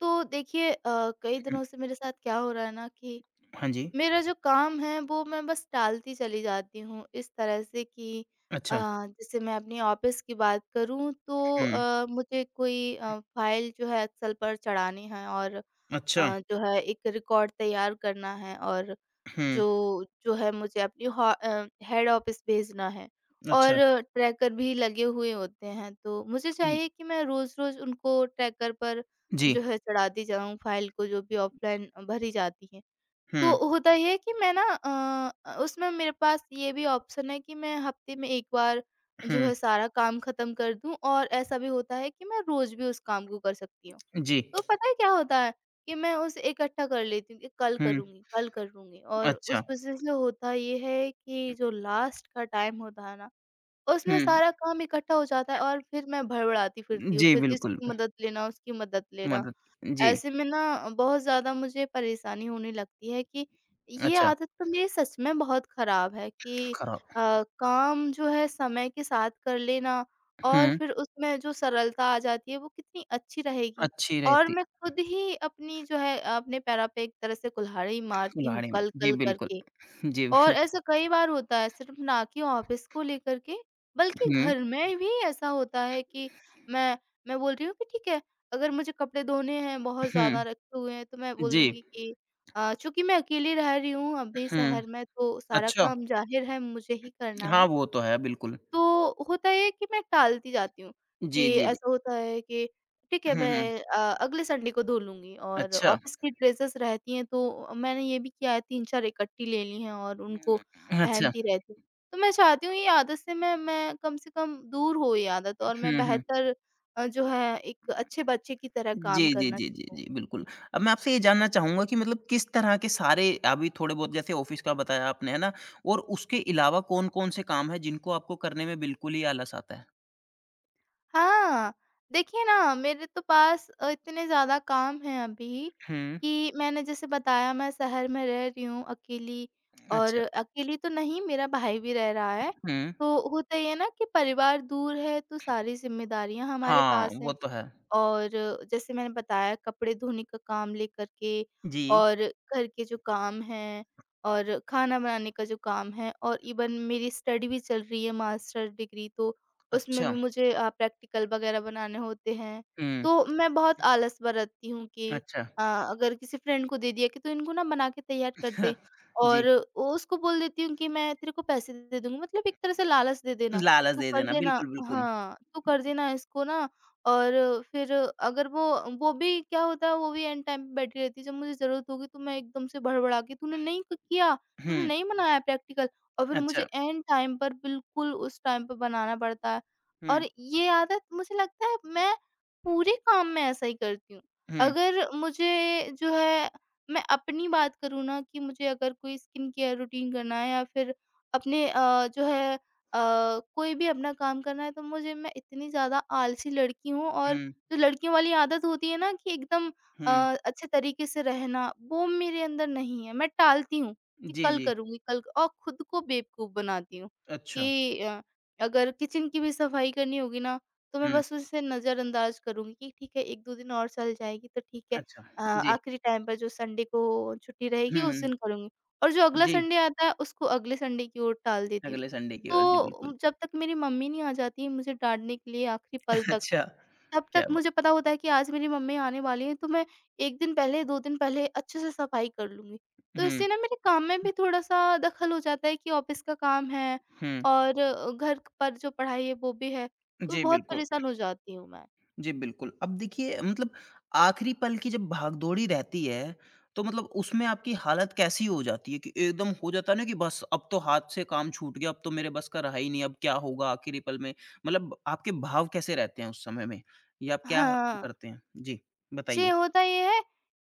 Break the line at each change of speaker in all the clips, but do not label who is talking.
तो देखिए कई
हुँ,
दिनों से मेरे साथ क्या हो रहा है ना कि
हाँ जी।
मेरा जो काम है वो मैं बस टालती चली जाती हूँ। इस तरह से कि अ,
अच्छा,
जैसे मैं अपनी ऑफिस की बात करूँ तो
हुँ,
मुझे कोई फाइल जो है एक्सेल पर चढ़ानी है और
अच्छा,
जो है एक रिकॉर्ड तैयार करना है और
हुँ,
जो जो है मुझे अपनी हेड ऑफिस भेजना है और
अच्छा,
ट्रैकर भी लगे हुए होते हैं। तो मुझे
हुँ,
चाहिए कि मैं रोज रोज उनको ट्रैकर पर
जी,
जो है चढ़ाती जाऊं फाइल को, जो भी ऑफलाइन भरी जाती है।
हुँ,
तो होता ये है कि मैं ना उसमें मेरे पास ये भी ऑप्शन है कि मैं हफ्ते में एक बार जो
हुँ,
है सारा काम खत्म कर दूं, और ऐसा भी होता है कि मैं रोज भी उस काम को कर सकती हूँ।
जी,
तो पता है क्या होता है कि मैं उसे इकट्ठा कर लेती हूँ कि कल
हुँ,
करूँगी, कल करूँगी, और
अच्छा,
उस वजह से होता ये है कि जो लास्ट का टाइम होता है ना, उसमें
हुँ,
सारा काम इकट्ठा हो जाता है और फिर मैं भड़बड़ाती फिरती हूँ।
जी,
फिर
बिल्कुल,
इसकी मदद लेना, उसकी मदद लेना।
मदद जी,
ऐसे में ना बहुत ज़्यादा मुझे परेशानी होने लगती है कि ये
अच्छा,
आदत तो मेरी सच में बहुत खराब है कि
खराब,
काम जो है समय के साथ कर लेना और
हुँ,
फिर उसमें जो सरलता आ जाती है वो कितनी अच्छी रहेगी।
अच्छी
और
रहती
मैं खुद ही अपनी जो है अपने पैरों पे एक तरह से कुल्हाड़ी मारती हूँ,
कुल्हाड़ी में, जी,
कल-कल
बिल्कुल,
करके।
जी,
और
बिल
ऐसा कई बार होता है सिर्फ ना कि ऑफ़िस को लेकर के, बल्कि
हुँ,
घर में भी ऐसा होता है कि मैं मैं बोल रही हूँ कि ठीक है, अगर मुझे कपड़े धोने हैं बहुत
हुँ,
ज़्यादा रखे हुए हैं तो मैं बोल
जी,
दूँगी कि चूँकि मैं अकेली रह रही हूँ अभी
हुँ,
शहर में तो सारा
अच्छा,
काम ज़ाहिर है मुझे ही करना
हाँ,
है।
वो तो है बिल्कुल,
तो होता ये है कि मैं टालती जाती हूँ,
जी,
कि
जी, जी,
ऐसा होता है कि ठीक है,
हुँ, हुँ,
मैं अगले संडे को धो लूँगी, और
अच्छा,
ऑफ़िस की ड्रेसेस रहती हैं तो मैंने ये भी किया है 3-4 इकट्ठी ले ली हैं और उनको
अच्छा,
पहनती रहती हूँ। तो मैं चाहती हूँ ये आदत से मैं कम से कम दूर हो ये आदत, और मैं
हुँ, हुँ।
बेहतर जो है एक अच्छे बच्चे की तरह
जी,
काम
जी,
करना
जी, जी,
सीखूँ।
जी, बिल्कुल। अब मैं आपसे ये जानना चाहूँगा कि मतलब किस तरह के सारे अभी थोड़े बहुत जैसे ऑफ़िस का बताया आपने, है ना? और उसके अलावा कौन-कौन से काम हैं जिनको आपको करने में बिल्कुल ही आलस आता है?
हाँ, देखिए ना मेरे तो पास इतने ज़्यादा काम हैं अभी
हुँ,
कि मैंने जैसे बताया मैं शहर में रह रही हूँ अकेली, और
अच्छा।
अकेली तो नहीं, मेरा भाई भी रह रहा है।
हुँ।
तो होता ये है ना कि परिवार दूर है तो सारी ज़िम्मेदारियाँ हमारे
हाँ,
पास
वो
हैं।
तो है।
और जैसे मैंने बताया कपड़े धोने का काम लेकर के
जी।
और घर के जो काम हैं, और खाना बनाने का जो काम है, और इवन मेरी स्टडी भी चल रही है मास्टर डिग्री, तो उसमें भी
अच्छा।
मुझे प्रैक्टिकल वगैरह बनाने होते हैं।
हुँ,
तो मैं बहुत आलस बरतती हूँ कि
अच्छा।
अगर किसी फ्रेंड को दे दिया कि तू इनको ना बना के तैयार कर दे,
जी,
और वो उसको बोल देती हूँ कि मैं तेरे को पैसे दे दूँगी, मतलब एक तरह से लालच दे देना,
लालच
तू
दे
कर
देना।
देना,
बिल्कुल, बिल्कुल।
हाँ, तू कर देना इसको ना। और फिर अगर वो भी क्या होता है, वो भी एन टाइम पे बैठी रहती है। जब मुझे ज़रूरत होगी तो मैं एकदम से भड़बड़ा के तूने नहीं किया, तूने
हुँ,
नहीं बनाया प्रैक्टिकल, और फिर मुझे
अच्छा।
एन टाइम पर बिल्कुल उस टाइम पर बनाना पड़ता है।
हुँ,
और ये आदत, मुझे लगता है मैं पूरे काम में ऐसा ही करती हूँ।
हुँ,
अगर मुझे जो है मैं अपनी बात करूँ ना कि मुझे अगर कोई स्किन केयर रूटीन करना है, या फिर अपने जो है अ, कोई भी अपना काम करना है, तो मुझे मैं इतनी ज़्यादा आलसी लड़की हूँ, और
हुँ,
जो लड़कियों वाली आदत होती है ना कि एकदम
हुँ।
अच्छे तरीके से रहना, वो मेरे अंदर नहीं है। मैं टालती हूँ कि
जी,
कल
जी।
करूँगी, कल क और खुद को बेवकूफ़ बनाती हूँ
अच्छा।
कि अगर किचन की भी सफाई करनी होगी ना, तो मैं
हुँ,
बस उसे नज़रअंदाज करूँगी कि ठीक है 1-2 दिन और चल जाएगी तो ठीक है।
अच्छा। जी।
आखिरी टाइम पर जो संडे को छुट्टी रहेगी
हुँ,
उस
हुँ।
दिन करूँगी, और जो अगला
जी,
संडे आता है उसको अगले संडे की ओर टाल देती हूँ।
अगले संडे की ओर। जी,
तो
बिल्कुल।
जब तक मेरी मम्मी नहीं आ जाती है मुझे डाँटने के लिए आखिरी पल तक,
अच्छा,
तब
क्या
तक
बा
मुझे पता होता है कि आज मेरी मम्मी आने वाली हैं तो मैं 1 दिन पहले, 2 दिन पहले अच्छे से सफाई कर लूँगी। तो
हुँ,
इससे ना मेरे काम में भी थोड़ा-सा दखल हो जाता है कि ऑफ़िस का काम है
हुँ।
और घर पर जो पढ़ाई है वो भी है, तो
जी,
बहुत
बिल्कुल।
परेशान हो जाती हूँ मैं।
जी, बिल्कुल। अब देखिए मतलब आखिरी पल की जब भागदौड़ी रहती है, तो मतलब उसमें आपकी हालत कैसी हो जाती है कि एकदम हो जाता है ना कि बस अब तो हाथ से काम छूट गया, अब तो मेरे बस का रहा ही नहीं, अब क्या होगा आखिरी पल में? मतलब आपके भाव कैसे रहते हैं उस समय में? या आप क्या
हाँ।
करते हैं? जी,
जी,
बताइए।
होता ये है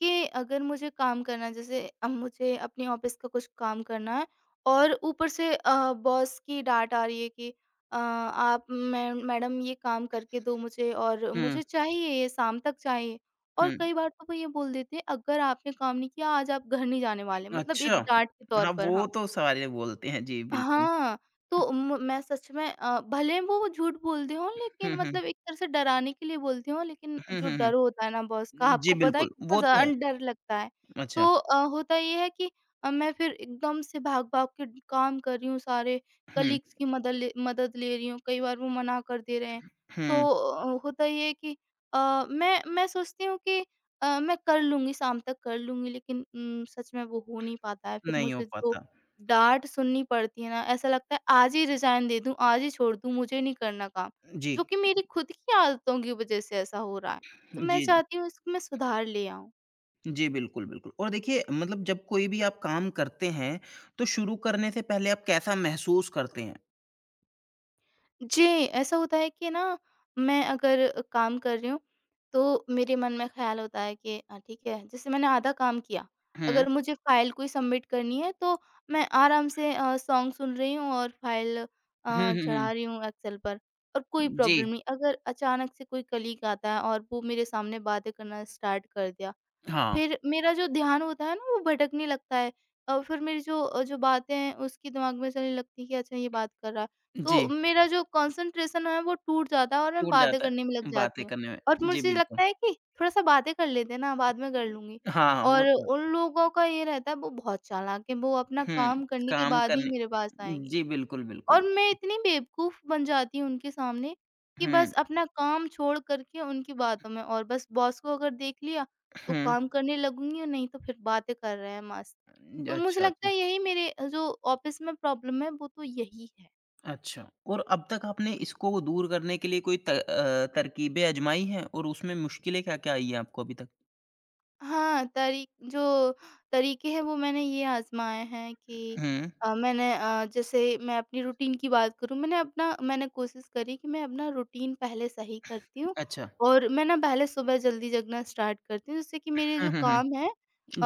कि अगर मुझे काम करना है जैसे अब मुझे अपनी ऑफ़िस का कुछ काम करना है, और ऊपर से बॉस की डाँट आ रही है कि आप मै मैडम ये काम करके दो मुझे, और
हुँ,
मुझे चाहिए ये, शाम तक चाहिए। और
हुँ।
कई बार तो वो ये बोल देते हैं, अगर आपने काम नहीं किया आज आप घर नहीं जाने वाले, मतलब
अच्छा।
एक डाँट के तौर
हाँ,
पर,
वो
हाँ।
तो सारे बोलते हैं। जी, बिल्कुल।
हाँ, तो म मैं सच में भले वो झूठ बोलते हों, लेकिन
हुँ, हुँ।
मतलब एक तरह से डराने के लिए बोलते हों, लेकिन
हुँ,
जो
हुँ, हुँ।
डर होता है ना बॉस का,
जी,
आपको पता है
बिल्कुल।
कितना
वो तो
ज़्यादा
है।
डर लगता है।
अच्छा।
तो होता ये है कि मैं फिर एकदम से भाग-भाग के काम कर रही हूँ सारे,
हुँ,
कलीग्स की मदद ले रही हूँ, कई बार वो मना कर दे रहे हैं। तो
हुँ,
होता ये है कि मैं सोचती हूँ कि मैं कर लूँगी, शाम तक कर लूँगी, लेकिन सच में वो हो नहीं पाता है। फिर
नहीं हो
मुझे जो
पाता।
डाँट सुननी पड़ती है ना, ऐसा लगता है आज ही रिज़ाइन दे दूँ, आज ही छोड़ दूँ, मुझे नहीं करना काम। जो
जी,
कि मेरी खुद की आदतों की वज़ह से ऐसा हो रहा है। तो मैं
जी, जी।
चाहती हूँ इसमें सुधार ले आऊँ।
जी, बिल्कुल, बिल्कुल और देखिए मतलब जब कोई भी आप काम करते हैं, तो शुरू करने से पहले आप कैसा महसूस करते हैं?
जी, ऐसा होता है कि ना मैं अगर काम कर रही हूँ, तो मेरे मन में ख़्याल होता है कि ठीक है, जैसे मैंने आधा काम किया,
हुँ।
अगर मुझे फ़ाइल कोई सबमिट करनी है तो मैं आराम से सॉन्ग सुन रही हूँ और फ़ाइल
हुँ, हुँ, हुँ।
चढ़ा रही हूँ एक्सेल पर, और कोई
जी,
प्रॉब्लम नहीं। अगर अचानक से कोई कलीग आता है और वो मेरे सामने बातें करना स्टार्ट कर दिया,
हाँ,
फिर मेरा जो ध्यान होता है ना वो भटकने लगता है, और फिर मेरी जो जो बातें हैं उसकी दिमाग में चलने लगती है कि अच्छा ये बात कर रहा है। तो
जी,
मेरा जो कंसंट्रेशन है वो टूट जाता है और मैं
छूट
बातें
जाता
करने में लग
है,
जाती
बातें
हूँ।
करने
और
में। जी,
मुझे
बिल्कुल।
लगता है कि थोड़ा-सा बातें कर लेते हैं ना, बाद में कर लूँगी।
हाँ, हाँ, वो
और
तो है।
उन लोगों का ये रहता है वो बहुत चालाक हैं, वो अपना
हुँ,
काम करने के
काम
बाद ही मेरे पास
करने
आएँगे।
जी, बिल्कुल,
और
बिल्कुल।
मैं इतनी बेवकूफ़ बन जाती हूँ उनके सामने कि
हुँ,
बस अपना काम छोड़ कर के उनकी बातों में, और बस बॉस को अगर देख लिया तो
हुँ।
काम करने लगूँगी, और नहीं तो फिर बातें कर रहे हैं मस्त। तो मुझे
अच्छा,
लगता
अच्छा।
है यही मेरे जो ऑफ़िस में प्रॉब्लम है वो तो यही है।
अच्छा और अब तक आपने इसको दूर करने के लिए कोई त तरकीबें आज़माई हैं और उसमें मुश्किलें क्या-क्या आई हैं आपको अभी तक?
हाँ, तरी जो तरीके हैं वो मैंने ये आज़माए हैं कि
हुँ,
मैंने जैसे मैं अपनी रूटीन की बात करूँ, मैंने कोशिश करी कि मैं अपना रूटीन पहले सही करती हूँ
अच्छा।
और मैं ना पहले सुबह जल्दी जगना स्टार्ट करती हूँ, जिससे कि मेरे
हुँ,
जो
हुँ,
काम
हुँ।
हैं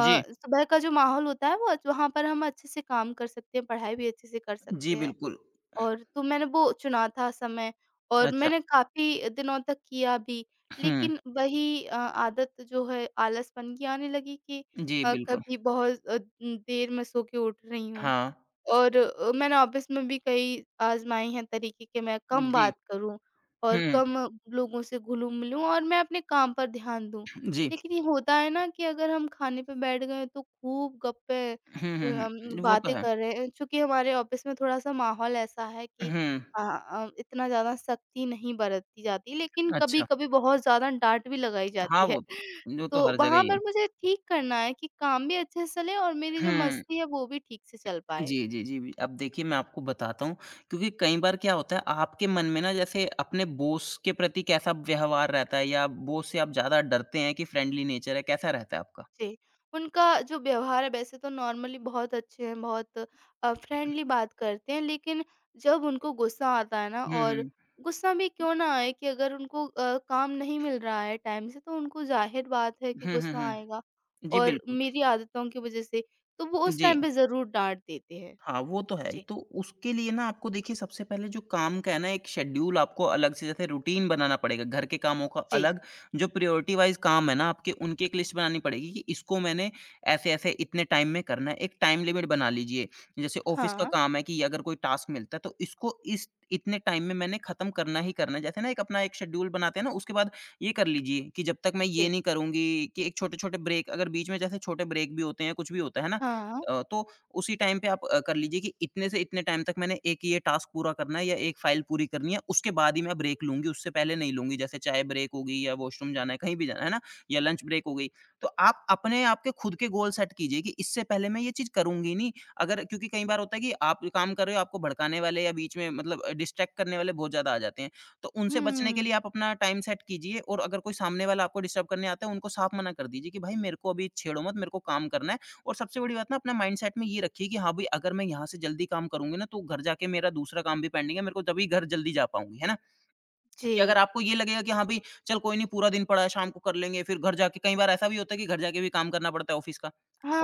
जी,
सुबह का जो माहौल होता है वो, वहाँ पर हम अच्छे से काम कर सकते हैं, पढ़ाई भी अच्छे से कर
जी,
सकते हैं।
बिल्कुल।
और तो मैंने वो चुना था समय, और
अच्छा,
मैंने काफ़ी दिनों तक किया भी।
हुँ,
लेकिन वही आदत जो है आलसपन की आने लगी कि
जी, बिल्कुल।
कभी बहुत देर में सो के उठ रही हूँ।
हाँ,
और मैंने ऑफ़िस में भी कई आज़माए हैं तरीके कि मैं कम
जी,
बात करूँ और
हुँ,
कम लोगों से घुलूँ-मिलूँ, और मैं अपने काम पर ध्यान दूँ।
जी।
लेकिन ये होता है ना कि अगर हम खाने पे बैठ गए तो खूब गप्पे
हुँ, हुँ,
हम
हुँ। वो तो
बातें
है।
कर रहे हैं, चूँकि हमारे ऑफ़िस में थोड़ा-सा माहौल ऐसा है कि
हुँ,
इतना ज़्यादा सख्ती नहीं बरती जाती, लेकिन
अच्छा।
कभी-कभी बहुत ज़्यादा डाँट भी लगाई
हाँ,
जाती है।
वो तो
तो
हर जगह
वहाँ
ही है।
पर मुझे ठीक करना है कि काम भी अच्छे से चले और मेरी जो
हुँ।
मस्ती है वो भी ठीक से चल
जी,
पाए।
जी, जी, जी। अब देखिए मैं आपको बताता हूँ क्योंकि कई बार क्या होता है आपके मन में ना जैसे अपने बॉस के प्रति कैसा व्यवहार रहता है या बॉस से आप ज़्यादा डरते हैं कि फ्रेंडली नेचर है, कैसा रहता है आपका?
जी, उनका जो व्यवहार है वैसे तो नॉर्मली बहुत अच्छे हैं, बहुत फ्रेंडली बात करते हैं, लेकिन जब उनको गुस्सा आता है ना,
हुँ,
और
हुँ।
गुस्सा भी क्यों ना आए, कि अगर उनको काम नहीं मिल रहा है टाइम से, तो उनको ज़ाहिर बात है कि
हुँ, हुँ,
गुस्सा आएगा,
हुँ। जी,
और
बिल्कुल।
मेरी आदतों की वज़ह से, तो वो उस
जी।
टाइम पे ज़रूर डाँट देते हैं।
हाँ, वो तो है।
जी,
तो उसके लिए ना आपको देखिए सबसे पहले जो काम का है ना एक शेड्यूल आपको अलग से जैसे रूटीन बनाना पड़ेगा। घर के कामों का
जी।
अलग, जो प्रायोरिटी वाइज़ काम है ना आपके उनकी एक लिस्ट बनानी पड़ेगी कि इसको मैंने ऐसे-ऐसे इतने टाइम में करना है। एक टाइम लिमिट बना लीजिए। जैसे ऑफ़िस का
हाँ,
काम है कि अगर कोई टास्क मिलता है तो इसको इस इतने टाइम में मैंने ख़त्म करना ही करना है। जैसे ना एक अपना एक शेड्यूल बनाते हैं ना उसके बाद ये कर लीजिए कि जब तक मैं ये
जी,
नहीं करूँगी कि एक छोटे-छोटे ब्रेक अगर बीच में जैसे छोटे ब्रेक भी होते हैं, कुछ भी होता है ना?
हाँ,
तो उसी टाइम पे आप कर लीजिए कि इतने से इतने टाइम तक मैंने एक ये टास्क पूरा करना है या एक फ़ाइल पूरी करनी है, उसके बाद ही मैं ब्रेक लूँगी, उससे पहले नहीं लूँगी। जैसे चाय ब्रेक हो गई या वॉशरूम जाना है, कहीं भी जाना है ना? या लंच ब्रेक हो गई। तो आप अपने आप के खुद के गोल सेट कीजिए कि इससे पहले मैं ये चीज़ करूँगी नहीं। अगर क्योंकि कई बार होता है कि आप काम कर रहे हो, आपको भड़काने वाले या बीच में मतलब डिस्ट्रैक्ट करने वाले बहुत ज़्यादा आ जाते हैं। तो उनसे बचने के लिए
हुँ,
आप अपना टाइम सेट कीजिए और अगर कोई सामने वाला आपको डिस्टर्ब करने आता है, उनको साफ मना कर दीजिए कि, "भाई मेरे को अभी छेड़ो मत, मेरे को काम करना है। और सबसे बड़ी बात ना अपना माइंडसेट में ये रखिए कि हाँ भाई अगर मैं यहाँ से जल्दी काम करूँगी ना तो घर जाके मेरा दूसरा काम भी पेंडिंग है मेरे को तभी घर जल्दी जा पाऊंगी है ना कि अगर
जी,
आपको ये लगेगा कि हाँ भई, चल कोई नहीं पूरा दिन पड़ा है, शाम को कर लेंगे, फिर घर जाके कई बार ऐसा भी होता है कि घर जाके भी काम करना पड़ता है ऑफ़िस का।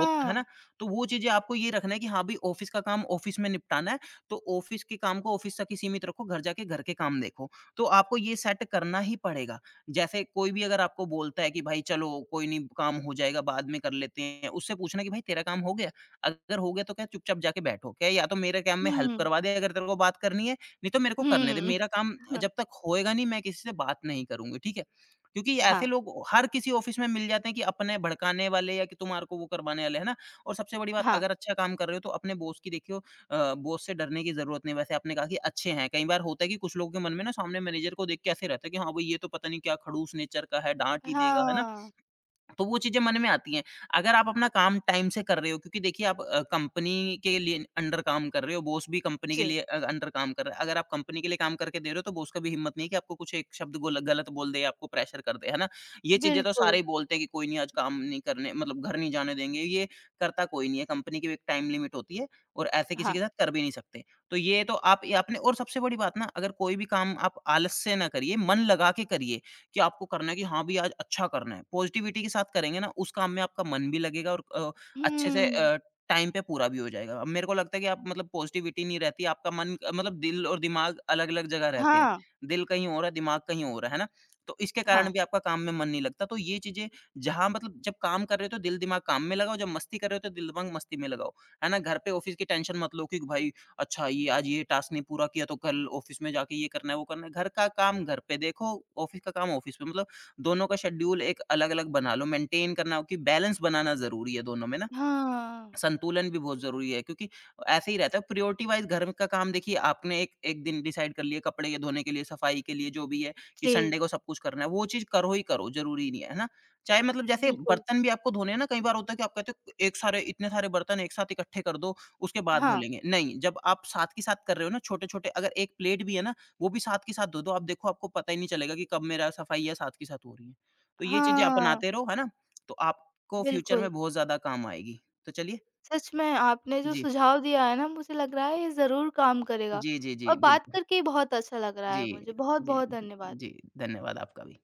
होत है ना? तो वो चीज़ें आपको ये रखना है कि हाँ भई, ऑफ़िस का काम ऑफ़िस में निपटाना है, तो ऑफ़िस के काम को ऑफ़िस तक ही सीमित रखो, घर जाके घर के काम देखो। तो आपको ये सेट करना ही पड़ेगा। जैसे कोई भी अगर आपको बोलता है कि भाई चलो कोई नहीं काम हो जाएगा, बाद में कर लेते हैं, उससे पूछना कि भाई तेरा काम हो गया? अगर हो गया तो क्या चुपचाप जाके बैठो। क्या या तो मेरे काम में हेल्प
हुँ,
करवा दे अगर तेरे को बात करनी है नहीं तो मेरे को करने दे,
हुँ,
मेरा काम जब तक होएगा नहीं मैं किसी से बात नहीं करूँगी, ठीक है? क्योंकि
हाँ,
ऐसे
हाँ,
लोग हर किसी ऑफ़िस में मिल जाते हैं कि अपने भड़काने वाले या कि तुम्हारे को वो करवाने वाले, है ना? और सबसे बड़ी बात अगर अच्छा काम कर रहे हो तो अपने बॉस की देखियो बॉस से डरने की ज़रूरत नहीं है। वैसे आपने कहा कि अच्छे हैं, कई बार होता है कि कुछ लोगों के मन में ना सामने मैनेजर को देख के ऐसे रहता है कि हाँ, भई ये तो पता नहीं क्या खड़ूस नेचर का है, डाँट
हाँ,
ही देगा, है ना?
हाँ,
तो वो चीज़ें मन में आती हैं। अगर आप अपना काम टाइम से कर रहे हो क्योंकि देखिए आप कंपनी के लिए अंडर काम कर रहे हो, बॉस भी कंपनी के
जी।
लिए अंडर काम कर रहा है। अगर आप कंपनी के लिए काम करके दे रहे हो तो बॉस का भी हिम्मत नहीं है कि आपको कुछ एक शब्द गोल गलत बोल दे, आपको प्रेशर कर दे, है ना? ये चीज़ें तो सारे
बिल्कुल।
ही बोलते हैं कि कोई नहीं आज काम नहीं करने मतलब घर नहीं जाने देंगे, ये करता कोई नहीं है। कंपनी की भी एक टाइम लिमिट होती है और ऐसे किसी
हाँ।
के साथ कर भी नहीं सकते। तो ये तो आप ये आपने और सबसे बड़ी बात ना अगर कोई भी काम आप आलस से ना करिए, मन लगा के करिए। कि आपको करना है कि हाँ भई आज अच्छा करना है। पॉज़िटिविटी के साथ करेंगे ना उस काम में आपका मन भी लगेगा और अच्छे से
हुँ।
टाइम पे पूरा भी हो जाएगा। अब मेरे को लगता है कि आप मतलब पॉज़िटिविटी नहीं रहती, आपका मन मतलब दिल और दिमाग अलग-अलग जगह रहते हैं।
हाँ,
दिल कहीं और है, दिमाग कहीं और है ना? तो इसके हुँ। कारण
हाँ।
भी आपका काम में मन नहीं लगता। तो ये चीज़ें जहाँ मतलब जब काम कर रहे हो तो दिल दिमाग काम में लगाओ, जब मस्ती कर रहे हो तो दिल दिमाग मस्ती में लगाओ। है ना? घर पे ऑफ़िस की टेंशन मत लो कि भाई अच्छा ये आज ये टास्क नहीं पूरा किया तो कल ऑफ़िस में जाके ये करना है, वो करना है। घर का काम घर पे देखो, ऑफ़िस का काम ऑफ़िस में मतलब दोनों का शेड्यूल एक अलग-अलग बना लो, मेंटेन करना हो कि बैलेंस बनाना ज़रूरी है दोनों में ना।
हाँ।
संतुलन भी बहुत ज़रूरी है क्योंकि ऐसे ही रहता है प्रायोरिटी वाइज़ घर का काम देखिए आपने एक एक दिन डिसाइड कर लिया कपड़े के धोने के लिए, सफाई के लिए जो भी है कि
जी।
संडे को सब कुछ करना है, वो चीज़ करो ही करो ज़रूरी नहीं है, है ना? चाहे मतलब जैसे
बिल्कुल।
बर्तन भी आपको धोने हैं ना कई बार होता है कि आप कहते हो एक सारे इतने सारे बर्तन एक साथ इकट्ठे कर दो, उसके बाद धो
हाँ।
लेंगे। नहीं, जब आप साथ के साथ कर रहे हो ना छोटे-छोटे अगर एक प्लेट भी है ना, वो भी साथ के साथ धो दो, आप देखो आपको पता ही नहीं चलेगा कि कब मेरा सफाई है साथ के साथ हो रही है। तो ये चीज़ें
हाँ,
अपनाते रहो, है ना? तो आपको फ्यूचर
बिल्कुल।
में बहुत ज़्यादा काम आएगी। तो चलिए
सच में आपने जो
जी।
सुझाव दिया है ना मुझे लग रहा है ये ज़रूर काम करेगा,
जी, जी, जी,
और बात
बिल्कुल।
करके बहुत अच्छा लग रहा
जी,
है मुझे।
जी,
बहुत-बहुत धन्यवाद।
जी, धन्यवाद आपका भी।